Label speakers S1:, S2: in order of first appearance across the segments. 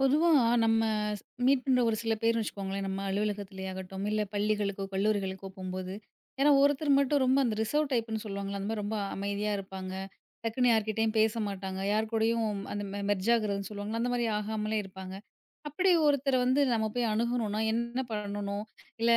S1: பொதுவா நம்ம மீட் பண்ற ஒரு சில பேர்ன்னு வச்சுக்கோங்களேன், நம்ம அலுவலகத்திலே ஆகட்டும், இல்ல பள்ளிகளுக்கோ, கல்லூரிகளுக்கோ போம்போது, யாரா ஒருத்தர் மட்டும் ரொம்ப அந்த ரிசர்வ் டைப்ன்னு சொல்லுவாங்கல்ல, அந்த மாரி ரொம்ப அமைதியா இருப்பாங்க. டக்குன்னு யார்கிட்டயும் பேச மாட்டாங்க. யார் கூடயும் அந்த மெர்ஜ் ஆகுறதுன்னு சொல்லுவாங்கல்ல, அந்த மாரி ஆகாமலே இருப்பாங்க. அப்படி ஒருத்தர வந்து நம்ம போய் அணுகணும்னா, என்ன பண்ணணும்? இல்ல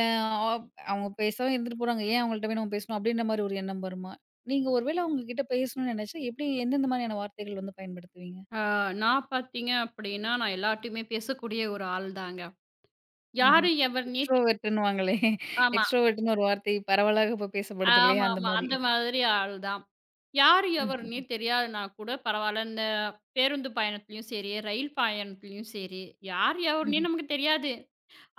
S1: அ அவங்க பேசாம இருந்துட்டு போறாங்க. ஏன் அவங்கள்ட்ட போய் நம்ம பேசணும்? அப்படின்ற மாரி ஒரு எண்ணம் வருமா? நீங்க ஒருவேள அவங்க கிட்ட பேசணும்னு நெனச்சா, எப்படி எந்தெந்த மாதிரியான வார்த்தைகள் வந்து பயன்படுத்துவீங்க?
S2: ஆ, நான் பார்த்தீங்க அப்படின்னா, நான் எல்லார்ட்டயுமே பேசக்கூடிய ஒரு ஆள் தாங்க.
S1: ம்ஹ்ம்.
S2: யாரு எவர்னே தெ
S1: எக்ஸ்ட்ரோவெர்ட்டுன்னுவாங்களே!
S2: ஆமா,
S1: எக்ஸ்ட்ரோவெர்ட்ன்னு ஒரு வார்த்தை பரவலாக இப்ப பேசப்படுது இல்லையா? அந்த
S2: ஆமாமா.
S1: மாரி.
S2: அந்த மாதிரி ஆள் தான். யாரு எவர்னே
S1: ம்ஹ்ம்.
S2: தெரியாதுனா கூட பரவால்ல. இந்த பேருந்து பயணத்திலயும் சரி, ரயில் பயணத்திலயும் சரி, யார் எவர்னே
S1: ம்ஹ்ம்.
S2: நமக்கு தெரியாது.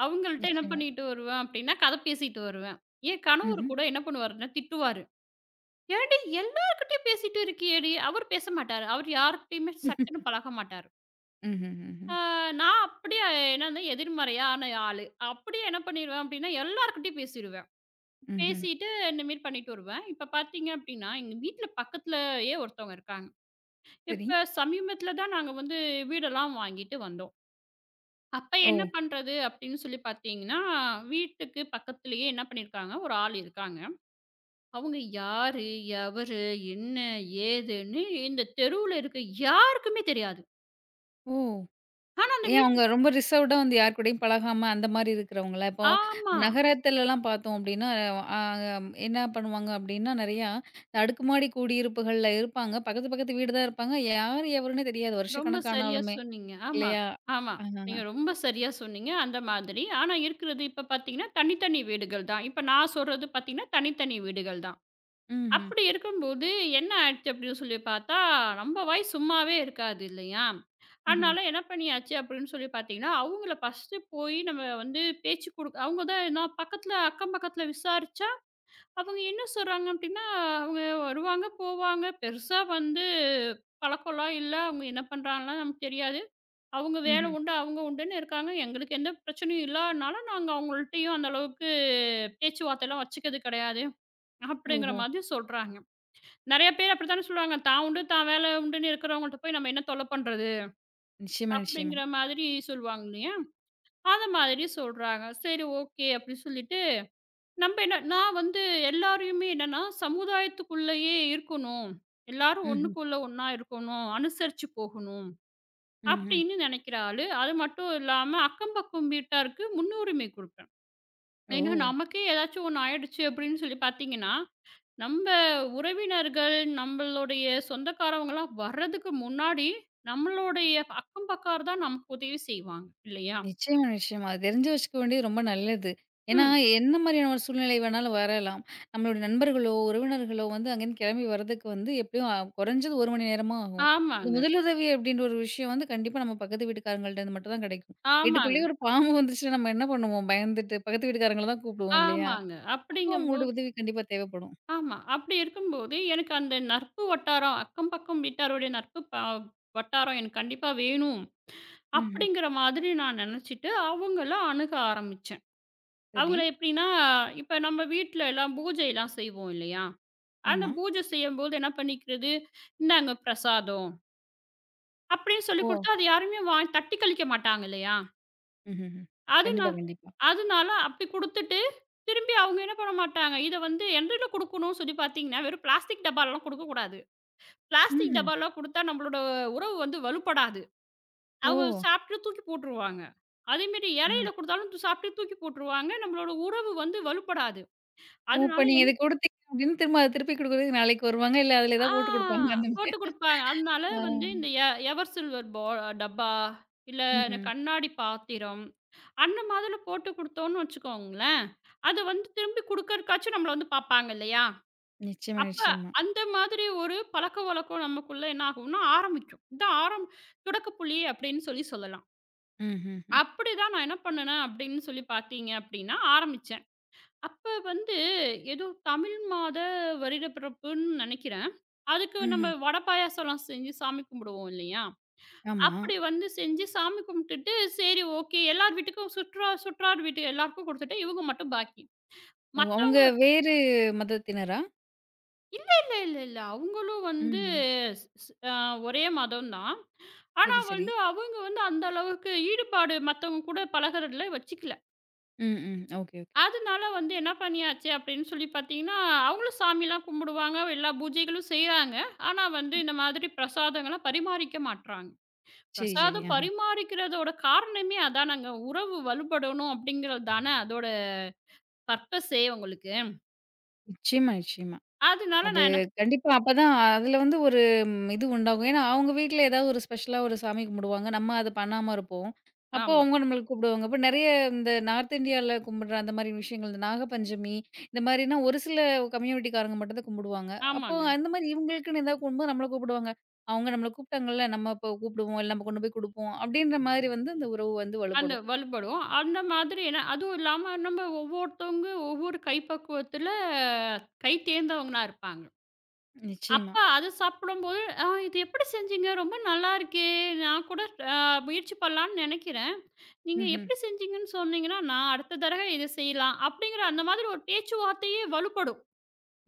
S2: அவங்கள்ட்ட என்ன
S1: நிச்சயமா.
S2: பண்ணிட்டு வருவேன் அப்படின்னா, கதை பேசிட்டு வருவேன். என் கணவர்
S1: ம்ஹ்ம்.
S2: கூட என்ன பண்ணுவாருன்னா, திட்டுவாரு. "ஏன்டி எல்லார்கிட்டயும் பேசிட்டு இருக்கியேடி!" அவர் பேச மாட்டாரு. அவர் யார்கிட்டயுமே சட்டுன்னு பழக மாட்டாரு.
S1: ம்ஹ்ம். ம்ஹ்ம்.
S2: ஆ, நான் அப்படியே என்னன்னா எதிர்மறையான ஆளு. அப்படியே என்ன பண்ணிருவேன் அப்படின்னா, எல்லார்கிட்டயும் பேசிருவேன்.
S1: ம்ஹ்ம்.
S2: பேசிட்டு இந்த மாரி பண்ணிட்டு வருவேன். இப்ப பார்த்தீங்க அப்படின்னா, எங்க வீட்ல பக்கத்துலயே ஒருத்தவங்க இருக்காங்க.
S1: சரி.
S2: இப்ப சமீபத்துல தான் நாங்க வந்து வீடெல்லாம் வாங்கிட்டு வந்தோம். அப்ப
S1: ஓ!
S2: என்ன பண்றது அப்படின்னு சொல்லி பார்த்தீங்கன்னா, வீட்டுக்கு பக்கத்துலயே என்ன பண்ணியிருக்காங்க, ஒரு ஆள் இருக்காங்க. அவங்க யாரு? எவரு? என்ன? ஏதுன்னு இந்த தெருவுல இருக்க யாருக்குமே தெரியாது.
S1: ஓ!
S2: ஆனா அந்த
S1: ஏன்
S2: வீட்
S1: அவங்க ரொம்ப ரிசர்வ்டா வந்து யார் கூடயும் பழகாம அந்த மாரி இருக்கிறவங்களா? இப்போ
S2: ஆமா.
S1: நகரத்துலலாம் பார்த்தோம் அப்டின்னா, அ என்ன பண்ணுவாங்க அப்டின்னா, நெறையா அடுக்குமாடி குடியிருப்புகள்ல இருப்பாங்க. பக்கத்து பக்கத்து வீடு தான் இருப்பாங்க. யார் எவருன்னே தெரியாது
S2: ரொம்ப சரியா
S1: வருஷக்கணக்கானாலுமே
S2: சொன்னீங்க. ஆமா,
S1: இல்லையா?
S2: ஆமா.
S1: ஆஹ.
S2: நீங்க ரொம்ப சரியா சொன்னீங்க. அந்த மாதிரி. ஆனா இருக்கிறது இப்ப பார்த்தீங்கன்னா, தனித்தனி வீடுகள் தான். இப்ப நான் சொல்றது பார்த்தீங்கன்னா, தனித்தனி வீடுகள் தான்.
S1: ம்ஹ்ம்.
S2: அப்படி இருக்கும்போது என்ன ஆயிடுச்சு அப்படின்னு சொல்லி பார்த்தா, நம்ம வாய் சும்மாவே இருக்காது இல்லையா?
S1: ம்ஹ்ம்.
S2: அதனால என்ன பண்ணியாச்சு அப்படின்னு சொல்லி பார்த்தீங்கன்னா, அவங்கள ஃபர்ஸ்ட்டு போய் நம்ம வந்து பேச்சு குடுக்க அவங்க தான் நான் பக்கத்துல அக்கம் பக்கத்துல விசாரிச்சா, அவங்க என்ன சொல்றாங்க அப்படின்னா, அவங்க வருவாங்க, போவாங்க. பெருசா வந்து பழக்கம்லாம் இல்ல. அவங்க என்ன பண்றாங்கலாம் நமக்கு தெரியாது. அவங்க வேலை
S1: ம்ஹ்ம்.
S2: உண்டு, அவங்க உண்டுன்னு இருக்காங்க. எங்களுக்கு எந்த பிரச்சனையும் இல்லாதனால, நாங்க அவங்கள்ட்டயும் அந்த அளவுக்கு பேச்சுவார்த்தைலாம் வச்சுக்கிறது கிடையாது. அப்படிங்கிற
S1: ஓஹோ!
S2: மாதிரி சொல்றாங்க. நெறைய பேர் அப்படித்தானே சொல்லுவாங்க. தான் உண்டு, தான் வேலை உண்டுன்னு இருக்கிறவங்கள்ட்ட போய் நம்ம என்ன தொல்ல பண்றது?
S1: நிச்சயமா, நிச்சயமா.
S2: அப்படிங்கிற மாதிரி சொல்லுவாங்க இல்லையா? அத மாதிரி சொல்றாங்க. சரி ஓகே அப்படின்னு சொல்லிட்டு, நம்ப என்ன நான் வந்து எல்லாரையுமே என்னன்னா, சமுதாயத்துக்குள்ளேயே இருக்கணும். எல்லாரும்
S1: ம்ஹ்ம்,
S2: ஒண்ணுக்குள்ள ஒண்ணா இருக்கணும். அனுசரிச்சு போகணும்.
S1: ம்ஹ்ம்.
S2: அப்படின்னு நினைக்கிற ஆளு. அது மட்டும் இல்லாம அக்கம் பக்கம் வீட்டாருக்கு முன்னுரிமை குடுப்பேன்.
S1: ஓ!
S2: ஏன்னா நமக்கே ஏதாச்சும் ஒண்ணு ஆயிடுச்சு அப்படின்னு சொல்லி பார்த்தீங்கன்னா, நம்ம உறவினர்கள், நம்மளுடைய சொந்தக்காரவங்கலாம் வர்றதுக்கு முன்னாடி நம்மளுடைய அக்கம் பக்கார் தான் நமக்கு உதவி செய்வாங்க இல்லையா?
S1: நிச்சயமா, நிச்சயமா. அது தெரிஞ்சு வச்சுக்க வேண்டியது ரொம்ப நல்லது. ஏன்னா,
S2: ம்.
S1: என்ன மாதிரியான ஒரு சூழ்நிலை வேணாலும் வரலாம். நம்மளுடைய நண்பர்களோ, உறவினர்களோ வந்து அங்கேருந்து கிளம்பி வரதுக்கு வந்து எப்படியும் குறைஞ்சது 1 மணி நேரமா ஆகும். இந்த
S2: ஆமாங்க,
S1: முதலுதவி அப்படின்ற ஒரு விஷயம் வந்து கண்டிப்பா நம்ம பக்கத்து வீட்டுக்காரங்கள்ட்டருந்து மட்டும் தான் கிடைக்கும்.
S2: ஆமாங்க,
S1: வீட்டுக்குள்ளேயே ஒரு பாம்பு வந்துச்சுன்னா நம்ம என்ன பண்ணுவோம்? பயந்துட்டு பக்கத்து வீட்டுக்காரங்கள தான் கூப்பிடுவோம் இல்லையா?
S2: ஆமாங்க.
S1: அப்போ உங்களுடைய
S2: அப்படிங்கும்போது
S1: உதவி கண்டிப்பா தேவைப்படும்.
S2: ஆமா. அப்படி இருக்கும்போது எனக்கு அந்த நட்பு வட்டாரம் அக்கம் பக்கம் வீட்டாருடைய நட்பு ப வட்டாரம் எனக்கு கண்டிப்பா வேணும்.
S1: ம்ஹ்ம்.
S2: அப்படிங்கிற மாதிரி நான் நினச்சிட்டு அவங்கள அணுக ஆரம்பிச்சேன்.
S1: சரி.
S2: அவங்கள எப்படின்னா, இப்ப நம்ம வீட்ல எல்லாம் பூஜைலாம் செய்வோம் இல்லையா? அந்த
S1: ஆமா.
S2: பூஜை செய்யும்போது என்ன பண்ணிக்கிறது, "இந்தாங்க பிரசாதம்" அப்படின்னு சொல்லி
S1: ஓ!
S2: குடுத்தா, அது யாருமே வா தட்டி கழிக்க மாட்டாங்க இல்லையா?
S1: ம்ஹ்ம்.
S2: அதுனா
S1: கண்டிப்பா, கண்டிப்பா.
S2: அதனால அப்படி குடுத்துட்டு, திரும்பி அவங்க என்ன பண்ண மாட்டாங்க, இத வந்து என்கிட்ட குடுக்கணும்னு சொல்லி பார்த்தீங்கன்னா, வெறும் பிளாஸ்டிக் டப்பாலலாம் குடுக்கக்கூடாது. பிளாஸ்டிக்
S1: ம்ஹ்ம்.
S2: டப்பாலாம் குடுத்தா நம்மளோட உறவு வந்து வலுப்படாது.
S1: ஓ!
S2: அவங்க சாப்பிட்டு தூக்கி போட்டுருவாங்க. அதேமாரி
S1: ஆ.
S2: இலையில குடுத்தாலும் து சாப்பிட்டு தூக்கி போட்டுருவாங்க. நம்மளோட உறவு வந்து வலுப்படாது.
S1: ஓ! இப்ப
S2: அதனால
S1: நீங்க
S2: என்
S1: இத குடுத்தீங்க அப்டின்னு திரும்ப அத திருப்பி குடுக்குறதுக்கு நாளைக்கு வருவாங்க. இல்ல அதுல
S2: ஆ
S1: ஏதாவது போட்டு குடுப்பாங்க அந்த மாரி.
S2: போட்டு குடுப்பாங்க. அதனால
S1: ஆ.
S2: வந்து இந்த எவர் சில்வர் டப்பா, இல்ல இந்த
S1: ம்ஹ்ம்.
S2: கண்ணாடி பாத்திரம், அந்த மாதிரி போட்டு குடுத்தோம்னு வச்சுக்கோங்களேன், அது வந்து திரும்பி குடுக்கறக்காச்சும் நம்மள வந்து பாப்பாங்க இல்லையா?
S1: நிச்சயமா,
S2: அப்ப
S1: நிச்சயமா.
S2: அந்த மாதிரி ஒரு பழக்கவழக்கம் நமக்குள்ள என்ன ஆகும்னா ஆரம்பிக்கும். இதான் தொடக்கப்புள்ளி அப்படின்னு சொல்லி சொல்லலாம்.
S1: ம்ஹ்ஹ்ம்.
S2: அப்படிதான் நான் என்ன பண்ணுனேன் அப்படின்னு சொல்லி பார்த்தீங்க அப்படின்னா, ஆரம்பிச்சேன். அப்ப வந்து ஏதோ தமிழ் மாத வருடப்பிறப்புன்னு நெனைக்கிறேன். அதுக்கு நம்ம
S1: ம்ஹ்ம்.
S2: வடை பாயாசம்லாம் செஞ்சு சாமி கும்பிடுவோம் இல்லையா?
S1: ஆமா.
S2: அப்படி வந்து செஞ்சு சாமி கும்பிட்டுட்டு, சரி ஓகே எல்லார் வீட்டுக்கும் சுற்றா சுற்றார் வீட்டு எல்லாருக்கும் குடுத்துட்டு, இவங்க மட்டும் பாக்கி.
S1: ஓ! அவங்க
S2: மத்தவங்க
S1: வேறு மதத்தினரா?
S2: இல்ல, இல்ல, இல்ல. அவங்களும் வந்து
S1: ம்ஹ்ம்.
S2: ஸ் ஸ் அ ஒரே மதம் தான். ஆனா
S1: சரி, சரி.
S2: வந்து அவங்க வந்து அந்த அளவுக்கு ஈடுபாடு மத்தவங்க கூட பழகுறதுல வச்சுக்கல.
S1: ம், ம். Okay, okay.
S2: அதனால வந்து என்ன பண்ணியாச்சு அப்படின்னு சொல்லி பார்த்தீங்கன்னா, அவங்களும் சாமிலாம் கும்பிடுவாங்க. எல்லா பூஜைகளும் செய்றாங்க. ஆனா வந்து
S1: ம்.
S2: இந்த மாதிரி பிரசாதங்கள பரிமாறிக்க மாட்றாங்க.
S1: சரி, சரி.
S2: பிரசாதம்
S1: ஆஹா.
S2: பரிமாறிக்கிறதோட காரணமே அதானங்க. உறவு வலுப்படணும் அப்படிங்கிறது தானே அதோட பர்ப்பஸே உங்களுக்கு.
S1: நிச்சயமா, நிச்சயமா.
S2: அதனால
S1: அது
S2: நான் என்ன
S1: கண்டிப்பா. அப்பதான் அதுல வந்து ஒரு ம் இது உண்டாகும். ஏன்னா, அவங்க வீட்ல ஏதாவது ஒரு ஸ்பெஷலா ஒரு சாமி கும்பிடுவாங்க. நம்ம அது பண்ணாம இருப்போம். அப்போ
S2: ஆமா.
S1: அவங்க நம்மள கூப்பிடுவாங்க. அப்ப நெறைய இந்த நார்த் இந்தியால கும்பிடுற அந்த மாரி விஷயங்கள், இந்த நாகபஞ்சமி இந்த மாரினா ஒரு சில கம்யூனிட்டிக்காரங்க மட்டும் தான் கும்பிடுவாங்க. அப்போ
S2: ஆமாங்க.
S1: அந்த மாரி இவங்களுக்குன்னு ஏதாவது கும்பிடும்போது நம்மள கூப்பிடுவாங்க. அவங்க நம்மள கூப்பிட்டாங்கல்ல, நம்ம இப்போ கூப்பிடுவோம், இல்ல நம்ம கொண்டு போய் குடுப்போம் அப்படின்ற மாரி வந்து அந்த உறவு வந்து
S2: அந்த
S1: வலுப்படும்.
S2: வலுப்படும். அந்த மாதிரி என்ன அதுவும் இல்லாம நம்ம ஒவ்வொருத்தவங்க ஒவ்வொரு கைப்பக்குவத்தில கை தேர்ந்தவங்களா இருப்பாங்க. அப்ப
S1: நிச்சயமா.
S2: அது சாப்பிடும்போது, "ஆ இது எப்படி செஞ்சீங்க? ரொம்ப நல்லா இருக்கே! நான் கூட அ முயற்சி பண்ணலான்னு நெனைக்கிறேன். நீங்க
S1: ம்ஹ்ம்.
S2: எப்படி செஞ்சீங்கன்னு சொன்னீங்கன்னா, நான் அடுத்த தடவை இத செய்யலாம்." அப்படிங்கிற அந்த மாதிரி ஒரு பேச்சுவார்த்தையே வலுப்படும்.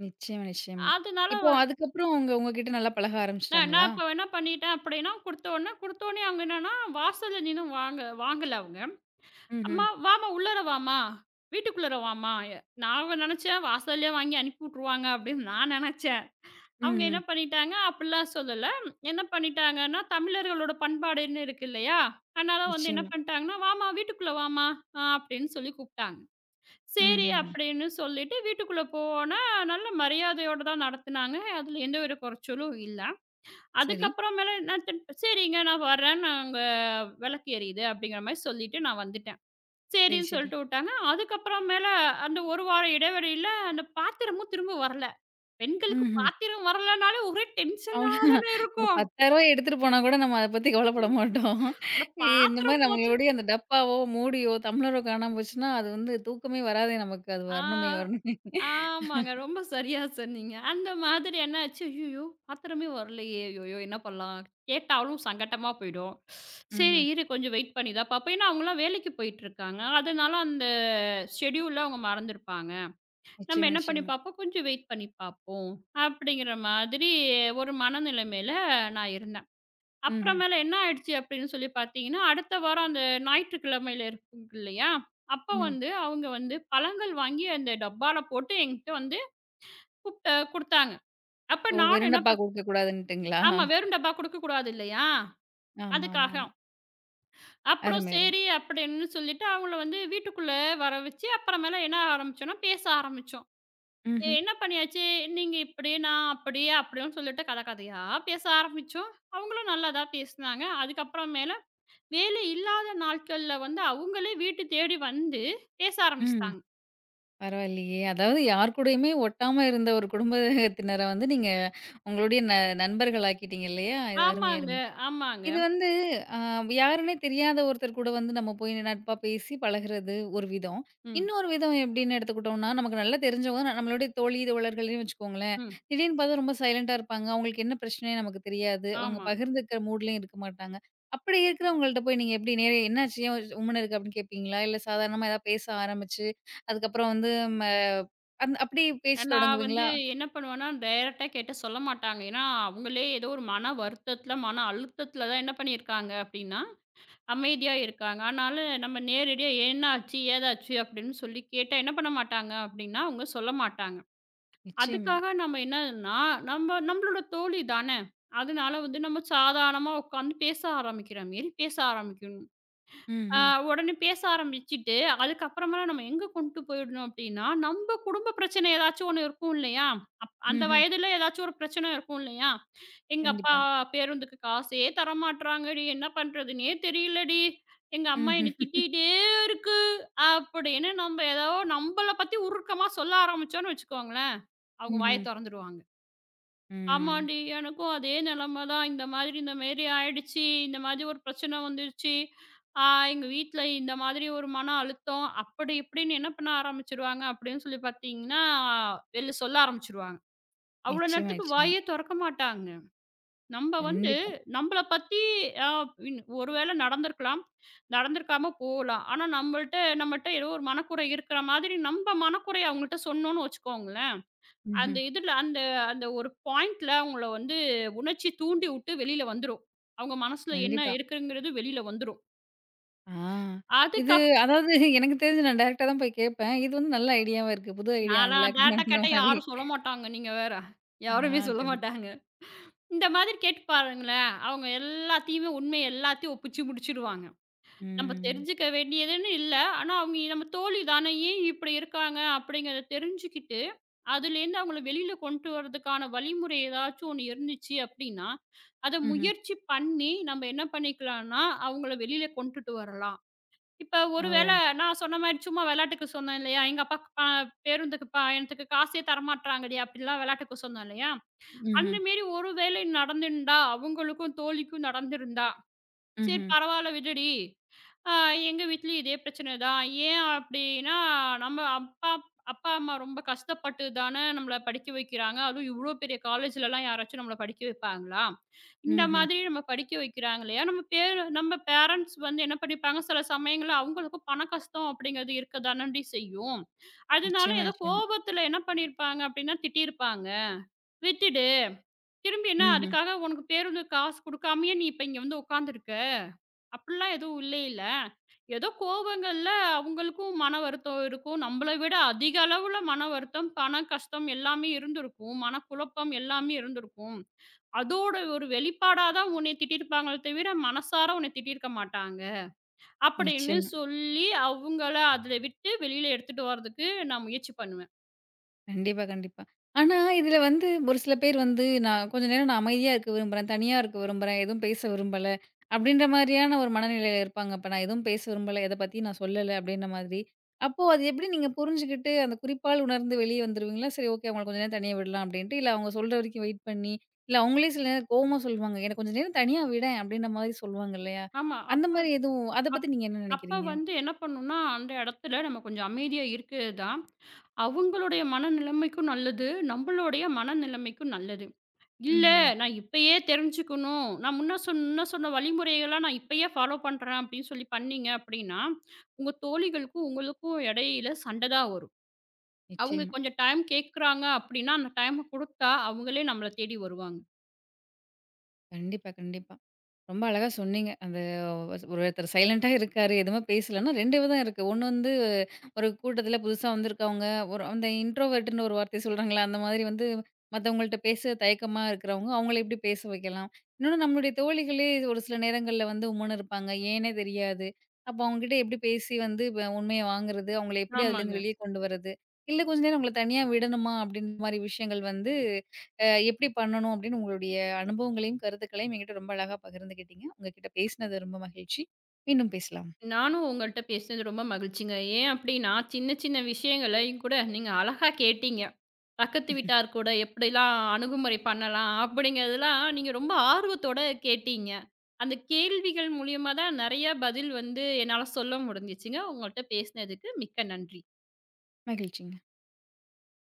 S1: நிச்சயமா, நிச்சயமா.
S2: அதனால
S1: இப்போ
S2: வ
S1: அதுக்கப்புறம் அவங்க உங்ககிட்ட நல்லா பழக
S2: நான்
S1: ஆரம்பிச்சுட்டாங்களா?
S2: நான் இப்ப என்ன பண்ணிட்டேன் அப்படின்னா, குடுத்த உடனே குடுத்த உடனே அவங்க என்னன்னா, வாசல்ல நின்னு வாங்க வாங்கல அவங்க.
S1: ம்ஹ்ம்.
S2: "அம்மா வாம்மா உள்ளார வாம்மா, வீட்டுக்குள்ளார வாம்மா." நான் நெனைச்சேன், வாசல்லயே வாங்கி அனுப்பி விட்டுருவாங்க அப்படின்னு நான் நெனைச்சேன். அவங்க
S1: ம்ஹ்ம்.
S2: என்ன பண்ணிட்டாங்க, அப்படிலாம் சொல்லல. என்ன பண்ணிட்டாங்கன்னா, தமிழர்களோட பண்பாடுன்னு இருக்கு இல்லையா? அதனால வந்து என்ன
S1: நிச்சயமா.
S2: பண்ணிட்டாங்கன்னா, "வாம்மா வீட்டுக்குள்ள வாம்மா" அப்படின்னு சொல்லி கூப்பிட்டாங்க. சரி
S1: ம்ஹ்ஹ்ம்.
S2: அப்படின்னு சொல்லிட்டு வீட்டுக்குள்ள போனா, நல்ல மரியாதையோட தான் நடத்துனாங்க. அதுல எந்த ஒரு குறைச்சலும் இல்ல.
S1: சரி,
S2: அதுக்கப்புறமேல நான் திருப் "சரிங்க நான் வரேன். நாங்க விளக்கு எரியுது" அப்படிங்கிற மாரி சொல்லிட்டு நான் வந்துட்டேன்.
S1: சரி,
S2: சரின்னு
S1: சரி.
S2: சொல்லிட்டு விட்டாங்க. அதுக்கப்புறமேல அந்த ஒரு வார இடைவெளியில அந்த பாத்திரமும் திரும்ப வரல. பெண்களுக்கு
S1: ம்ஹ்ம்.
S2: பாத்திரம் வரலனாலே ஒரே டென்ஷனா
S1: அவ்வளோதான்.
S2: தானே
S1: ஒரு ரூ.
S2: இருக்கும்.
S1: 10,000 எடுத்துட்டு போனா கூட நம்ம அத பத்தி கவலைப்பட மாட்டோம்.
S2: அந்த
S1: இந்த மாரி
S2: பாத்திரம் போச்சு
S1: நம்மளுடைய அந்த டப்பாவோ, மூடியோ, டம்ளரோ காணாம போச்சுன்னா, அது வந்து தூக்கமே வராதே நமக்கு. அது
S2: ஆ,
S1: வரணுமே, வரணுமே.
S2: ஆமாங்க. ரொம்ப சரியா சொன்னீங்க. அந்த மாதிரி என்னாச்சு, "ஐயய்யோ! பாத்திரமே வரலையே! ஐயய்யோ! என்ன பண்ணலாம்?" கேட்டாலும் சங்கட்டமா போயிடும். சரி
S1: ம்ஹ்ம்.
S2: இரு கொஞ்சம் வெயிட் பண்ணி தான் பாப்போம். ஏன்னா, அவங்கலாம் வேலைக்கு போயிட்டுருக்காங்க. அதனால அந்த ஷெட்யூல்ல அவங்க மறந்துருப்பாங்க. நம்ம
S1: நிச்சயமா,
S2: என்ன பண்ணி
S1: நிச்சயமா.
S2: பார்ப்போம், கொஞ்சம் வெயிட் பண்ணி பார்ப்போம். அப்படிங்கிற மாதிரி ஒரு மனநிலைமையில நான் இருந்தேன்.
S1: ம்ஹ்ம்.
S2: அப்புறமேல என்ன ஆயிடுச்சு அப்படின்னு சொல்லி பார்த்தீங்கன்னா, அடுத்த வாரம் அந்த ஞாயிற்றுக்கிழமையில இருக்கு இல்லையா? அப்ப
S1: ம்.
S2: வந்து அவங்க வந்து பழங்கள் வாங்கி அந்த டப்பால போட்டு என்கிட்ட வந்து குடுத்தாங்க. அப்ப
S1: ஓ!
S2: நானும்
S1: வெறும்
S2: என்ன
S1: டப்பா
S2: பண்
S1: குடுக்கக்கூடாதுன்ட்டுங்களா?
S2: ஆமா வெறும் டப்பா குடுக்கக்கூடாது இல்லையா? அதுக்காக.
S1: ஆமாமாமா.
S2: அப்புறம்
S1: அருமை, அருமை.
S2: சரி அப்படின்னு சொல்லிட்டு அவங்கள வந்து வீட்டுக்குள்ள வர வச்சு, அப்புறமேல என்ன ஆரம்பிச்சோம்னா, பேச ஆரம்பிச்சோம். "ஏ,
S1: ம்ஹ்ம்.
S2: என்ன பண்ணியாச்சு, நீங்க இப்படி, நான் அப்படி அப்படின்னு சொல்லிட்டு கத கதையா பேச ஆரம்பிச்சோம். அவங்களும் நல்லா தான் பேசினாங்க. அதுக்கப்புறம் மேல வேலை இல்லாத நாட்கள்ல வந்து அவங்களே வீட்டு தேடி வந்து பேச
S1: ம்.
S2: ஆரம்பிச்சுட்டாங்க.
S1: பரவாயில்லையே! அதாவது யார் கூடயுமே ஒட்டாம இருந்த ஒரு குடும்பத்தினர வந்து நீங்க உங்களுடைய நண்பர்களாக்கிட்டீங்க இல்லையா? இது அருமை,
S2: ஆமாங்க,
S1: அருமை.
S2: ஆமாங்க.
S1: இது வந்து அ யாருன்னே தெரியாத ஒருத்தர் கூட வந்து நம்ம போய் நட்பா பேசி பழகுறது ஒரு விதம்.
S2: ம்,
S1: இன்னொரு விதம் எப்படின்னு எடுத்துக்கிட்டோம்னா, நமக்கு நல்லா தெரிஞ்சவங்க நம்மளுடைய தோழி, தோழர்கள்னே வச்சுக்கோங்களேன்.
S2: ம்.
S1: திடீர்னு பார்த்தா ரொம்ப சைலன்ட்டா இருப்பாங்க. அவங்களுக்கு என்ன பிரச்சனையே நமக்கு தெரியாது. அவங்க
S2: ஆமா.
S1: பகிர்ந்துக்கிற மூட்லயும் இருக்க மாட்டாங்க. அப்படி இருக்கிறவங்கள்ட்ட போய் நீங்க எப்படி நேரே என்னாச்சு? ஏன் உம்முன்னு இருக்க? அப்படின்னு கேட்பீங்களா? இல்ல சாதாரணமா ஏதாவது பேச ஆரம்பிச்சு, அதுக்கப்புறம் வந்து ம அந் அப்படி பேச்சு
S2: நான் வந்து
S1: தொடங்குவீங்களா?
S2: என்ன பண்ணுவேன்னா, டைரக்ட்டா கேட்டு சொல்ல மாட்டாங்க. ஏன்னா, அவங்களே ஏதோ ஒரு மன வருத்தத்துல, மன அழுத்தத்துல தான் என்ன பண்ணியிருக்காங்க அப்படின்னா, அமைதியா இருக்காங்க. அதனால நம்ம நேரடியா என்னாச்சு? ஏதாச்சு? அப்படின்னு சொல்லி கேட்டா என்ன பண்ண மாட்டாங்க அப்படின்னா, அவங்க சொல்ல மாட்டாங்க.
S1: நிச்சயமா.
S2: அதுக்காக நம்ம என்னன்னா, நம்ம நம்மளோட தோழி தானே! அதனால வந்து நம்ம சாதாரணமா உட்காந்து பேச ஆரம்பிக்கிற மேரி பேச ஆரம்பிக்கணும். ஆ
S1: ம்ஹ்ம்.
S2: உடனே பேச ஆரம்பிச்சுட்டு, அதுக்கப்புறமா நம்ம எங்க கொண்டு போயிடணும் அப்டின்னா, நம்ப குடும்ப பிரச்சனை ஏதாச்சும் ஒண்ணு இருக்கும் இல்லையா? அந்த
S1: ம்ஹ்ம்.
S2: வயதுல ஏதாச்சும் ஒரு பிரச்சனை இருக்கும் இல்லையா? "எங்க அப்பா
S1: கண்டிப்பா.
S2: பேருந்துக்கு காசே தரமாட்றாங்கடி, என்ன பண்றதுன்னே தெரியலடி, எங்க அம்மா
S1: ம்ஹ்ம்.
S2: என்ன திட்டிட்டே இருக்கு" அப்படின்னு நம்ம ஏதோ நம்பள பத்தி உருக்கமா சொல்ல ஆரம்பிச்சோம்னு வச்சுக்கோங்களேன், அவங்க வாய
S1: ம்ஹ்ம்.
S2: தொறந்துருவாங்க.
S1: ம்.
S2: ஆமாண்டி. எனக்கும் அதே நிலைமை தான். இந்த மாதிரி இந்த மாரி ஆயிடுச்சு. இந்த மாதிரி ஒரு பிரச்சனை வந்துருச்சு. ஆ எங்க வீட்ல இந்த மாதிரி ஒரு மன அழுத்தம். அப்படி இப்படின்னு என்ன பண்ண ஆரம்பிச்சுருவாங்க அப்படின்னு சொல்லி பார்த்தீங்கன்னா, வெளில சொல்ல ஆரம்பிச்சுருவாங்க. அவ்வளோ
S1: நிச்சயமா,
S2: நேரத்துக்கு
S1: நிச்சயமா.
S2: வாயே தொறக்க மாட்டாங்க. நம்ப வந்து
S1: கண்டிப்பா.
S2: நம்பள பத்தி அ ஒரு வேளை நடந்திருக்கலாம். நடந்திருக்காம போகலாம். ஆனா, நம்மட்ட ஏதோ ஒரு மனக்குறை இருக்கிற மாதிரி நம்ப மனக்குறைய அவங்கள்ட்ட சொன்னோம்னு வச்சுக்கோங்க.
S1: ம்ஹ்ம்.
S2: அந்த இதுல அந்த அந்த ஒரு பாயிண்ட்ல அவங்கள வந்து உணர்ச்சி தூண்டி விட்டு வெளியில வந்துரும். அவங்க மனசுல என்ன
S1: கண்டிப்பா.
S2: இருக்குங்கிறது வெளியில வந்துரும்.
S1: ஆ. இது
S2: அதுக்கப்
S1: அதாவது எனக்கு தெரிஞ்சு நான் டைரக்ட்டா தான் போய் கேட்பேன். இது வந்து நல்ல ஐடியாவா இருக்கு. புது ஐடியா
S2: நான்லாம்
S1: அன்லாக்
S2: டேரக்ட்டா
S1: பண்ற
S2: கேட்டா
S1: மாரி.
S2: யாரும் சொல்ல மாட்டாங்க. நீங்க வேற.
S1: ஆ
S2: யாருமே சொல்ல
S1: கண்டிப்பா.
S2: மாட்டாங்க. இந்த மாதிரி கேட்டு பாருங்களேன். அவங்க எல்லாத்தையுமே உண்மை எல்லாத்தையும் ஒப்பிச்சு முடிச்சுடுவாங்க. நம்ம
S1: ம்.
S2: தெரிஞ்சுக்க வேண்டியதுன்னு இல்ல. ஆனா அவங்க நம்ம தோழி தானே ஏன் இப்படி இருக்காங்க? அப்படிங்கிறத தெரிஞ்சுக்கிட்டு அதுலேருந்து அவங்கள வெளியில கொண்டு வரதுக்கான வழிமுறை ஏதாச்சும் ஒண்ணு இருந்துச்சு அப்படின்னா, அத
S1: ம்ஹ்ம்.
S2: முயற்சி பண்ணி நம்ம என்ன பண்ணிக்கலாம்னா, அவங்கள வெளியில கொண்டுட்டு வரலாம். இப்ப
S1: ஓ!
S2: ஒருவேள நான் சொன்ன மாரி சும்மா விளையாட்டுக்கு சொன்னேன் இல்லையா? எங்க அப்பாக்கு ப பேருந்துக்கு பயணத்துக்கு காசே தரமாட்றாங்கடி அப்படிலாம் விளையாட்டுக்கு சொன்னேன் இல்லையா?
S1: ம்ஹ்ம்.
S2: அந்த மாரி ஒரு வேளை நடந்திருந்தா, அவங்களுக்கும் தோழிக்கும் நடந்திருந்தா சரி
S1: ம்ஹ்ம்.
S2: பரவால்ல விடுடி. அ எங்க வீட்லயும் இதே பிரச்சனை தான். ஏன் அப்டின்னா, நம்ம அப்பா அப்பா, அம்மா ரொம்ப கஷ்டப்பட்டு தான நம்மள படிக்க வைக்கிறாங்க. அதுவும் இவ்ளோ பெரிய காலேஜ்லலாம் யாராச்சும் நம்மள படிக்க வைப்பாங்களா? இந்த
S1: ம்ஹ்ம்.
S2: மாதிரி நம்ம படிக்க வைக்கிறாங்க இல்லையா? நம்ம பேர நம்ம பேரண்ட்ஸ் வந்து என்ன பண்ணிப்பாங்க, சில சமயங்கள்ல அவங்களுக்கும் பண கஷ்டம் அப்படிங்கிறது இருக்க தானடி செய்யும். அதனால
S1: நிச்சயமா,
S2: ஏதோ
S1: நிச்சயமா.
S2: கோபத்துல என்ன பண்ணியிருப்பாங்க அப்படின்னா, திட்டியிருப்பாங்க. விட்டுடு. திரும்பி என்ன
S1: ம்ஹ்ம்.
S2: அதுக்காக உனக்கு பேருந்து காசு குடுக்காமயே நீ இப்ப இங்க வந்து உட்காந்துருக்க. அப்படிலாம் எதுவும் இல்லையில. ஏதோ கோவங்கள்ல அவங்களுக்கும் மன வருத்தம் இருக்கும். நம்மள விட அதிக அளவுல மன வருத்தம், பண கஷ்டம் எல்லாமே இருந்திருக்கும். மனக்குழப்பம் எல்லாமே இருந்திருக்கும். அதோட ஒரு வெளிப்பாடா தான் உன்னை திட்டியிருப்பாங்களே தவிர, மனசார உன்னை திட்டியிருக்க மாட்டாங்க. அப்படின்னு
S1: நிச்சயமா.
S2: சொல்லி அவங்கள அதில விட்டு வெளியில எடுத்துட்டு வரதுக்கு நான் முயற்சி பண்ணுவேன்.
S1: கண்டிப்பா, கண்டிப்பா. ஆனா, இதுல வந்து ஒரு சில பேர் வந்து, "நான் கொஞ்ச நேரம் அமைதியா இருக்க விரும்புறேன். தனியா இருக்க விரும்புறேன். எதுவும் பேச விரும்பல." அப்படின்ற மாரியான ஒரு மனநிலையில இருப்பாங்க. "அப்ப நான் எதுவும் பேச விரும்பல. எத பத்தியும் நான் சொல்லல." அப்படின்ற மாதிரி. அப்போ அது எப்படி நீங்க புரிஞ்சுகிட்டு, அந்த குறிப்பால் உணர்ந்து வெளிய வந்துருவீங்களா? "சரி ஓகே, அவங்கள கொஞ்ச நேரம் தனியா விடலாம்." அப்படின்ட்டு. இல்ல அவங்க சொல்ற வரைக்கும் வெயிட் பண்ணி, இல்ல அவங்களே சில நேரம் கோவமா சொல்லுவாங்க, "என்ன கொஞ்ச நேரம் தனியா விடேன்." அப்படின்ற மாரி சொல்லுவாங்க இல்லையா?
S2: ஆமா.
S1: அந்த மாரி எதுவும் அத
S2: அப்
S1: பத்தி நீங்க என்ன
S2: அப்ப
S1: நெனைக்கிறீங்க?
S2: வந்து என்ன பண்ணணும்னா, அந்த இடத்துல நம்ம கொஞ்சம் அமைதியா இருக்கிறது தான் அவங்களுடைய மனநிலைமைக்கும் நல்லது. நம்மளுடைய மனநிலைமைக்கும் நல்லது. இல்ல.
S1: ம்ஹ்ம்.
S2: நான் இப்பயே தெரிஞ்சுக்கணும். நான் முன்ன சொன்ன வழிமுறைகள்லாம் நான் இப்பயே ஃபாலோ பண்றேன் அப்படின்னு சொல்லி பண்ணீங்க அப்படின்னா, உங்க தோழிகளுக்கும் உங்களுக்கும் இடையில சண்டை தான் வரும். அவங்க
S1: நிச்சயமா.
S2: கொஞ்சம் டைம் கேட்குறாங்க அப்படின்னா, அந்த டைம் குடுத்தா அவங்களே நம்மள தேடி வருவாங்க.
S1: கண்டிப்பா, கண்டிப்பா. ரொம்ப அழகா சொன்னீங்க. அந்த ஒருத்தர் சைலன்ட்டா இருக்காரு. எதுவுமே பேசலன்னா 2 விதம் இருக்கு. ஒண்ணு வந்து ஒரு கூட்டத்தில புதுசா வந்திருக்கவங்க, ஒரு அந்த இன்ட்ரோவெர்ட்ன்னு ஒரு வார்த்தை சொல்றாங்கல்ல, அந்த மாதிரி வந்து மத்தவங்கள்ட்ட பேச தயக்கமா இருக்கிறவங்க, அவங்கள எப்படி பேச வைக்கலாம்? இன்னொன்னு நம்மளுடைய தோழிகளே ஒரு சில நேரங்கள்ல வந்து உம்முன்னு இருப்பாங்க. ஏன்னே தெரியாது. அப்போ அவங்ககிட்ட எப்படி பேசி வந்து உண்மைய வாங்குறது? அவங்கள எப்படி
S2: ஆமாங்க.
S1: அதுலேருந்து வெளிய கொண்டு வர்றது? இல்ல கொஞ்ச நேரம் அவங்கள தனியா விடணுமா? அப்படின்ற மாரி விஷயங்கள் வந்து எப்படி பண்ணணும் அப்படின்னு உங்களுடைய அனுபவங்களையும், கருத்துக்களையும் என்கிட்ட ரொம்ப அழகா பகிர்ந்துக்கிட்டீங்க. உங்ககிட்ட பேசினது ரொம்ப மகிழ்ச்சி. மீண்டும் பேசலாம்.
S2: நானும் உங்கள்ட்ட பேசினது ரொம்ப மகிழ்ச்சிங்க. ஏன் அப்படின்னா, சின்ன சின்ன விஷயங்களையும் கூட நீங்க அழகா கேட்டீங்க. பக்கத்து வீட்டார் கூட எப்படிலாம் அணுகுமுறை பண்ணலாம் அப்படிங்கிறதெல்லாம் நீங்க ரொம்ப ஆர்வத்தோட கேட்டீங்க. அந்த கேள்விகள் மூலியமா தான் நெறைய பதில் வந்து என்னால சொல்ல முடிஞ்சுச்சுங்க. உங்கள்ட்ட பேசினதுக்கு மிக்க நன்றி.
S1: மகிழ்ச்சிங்க.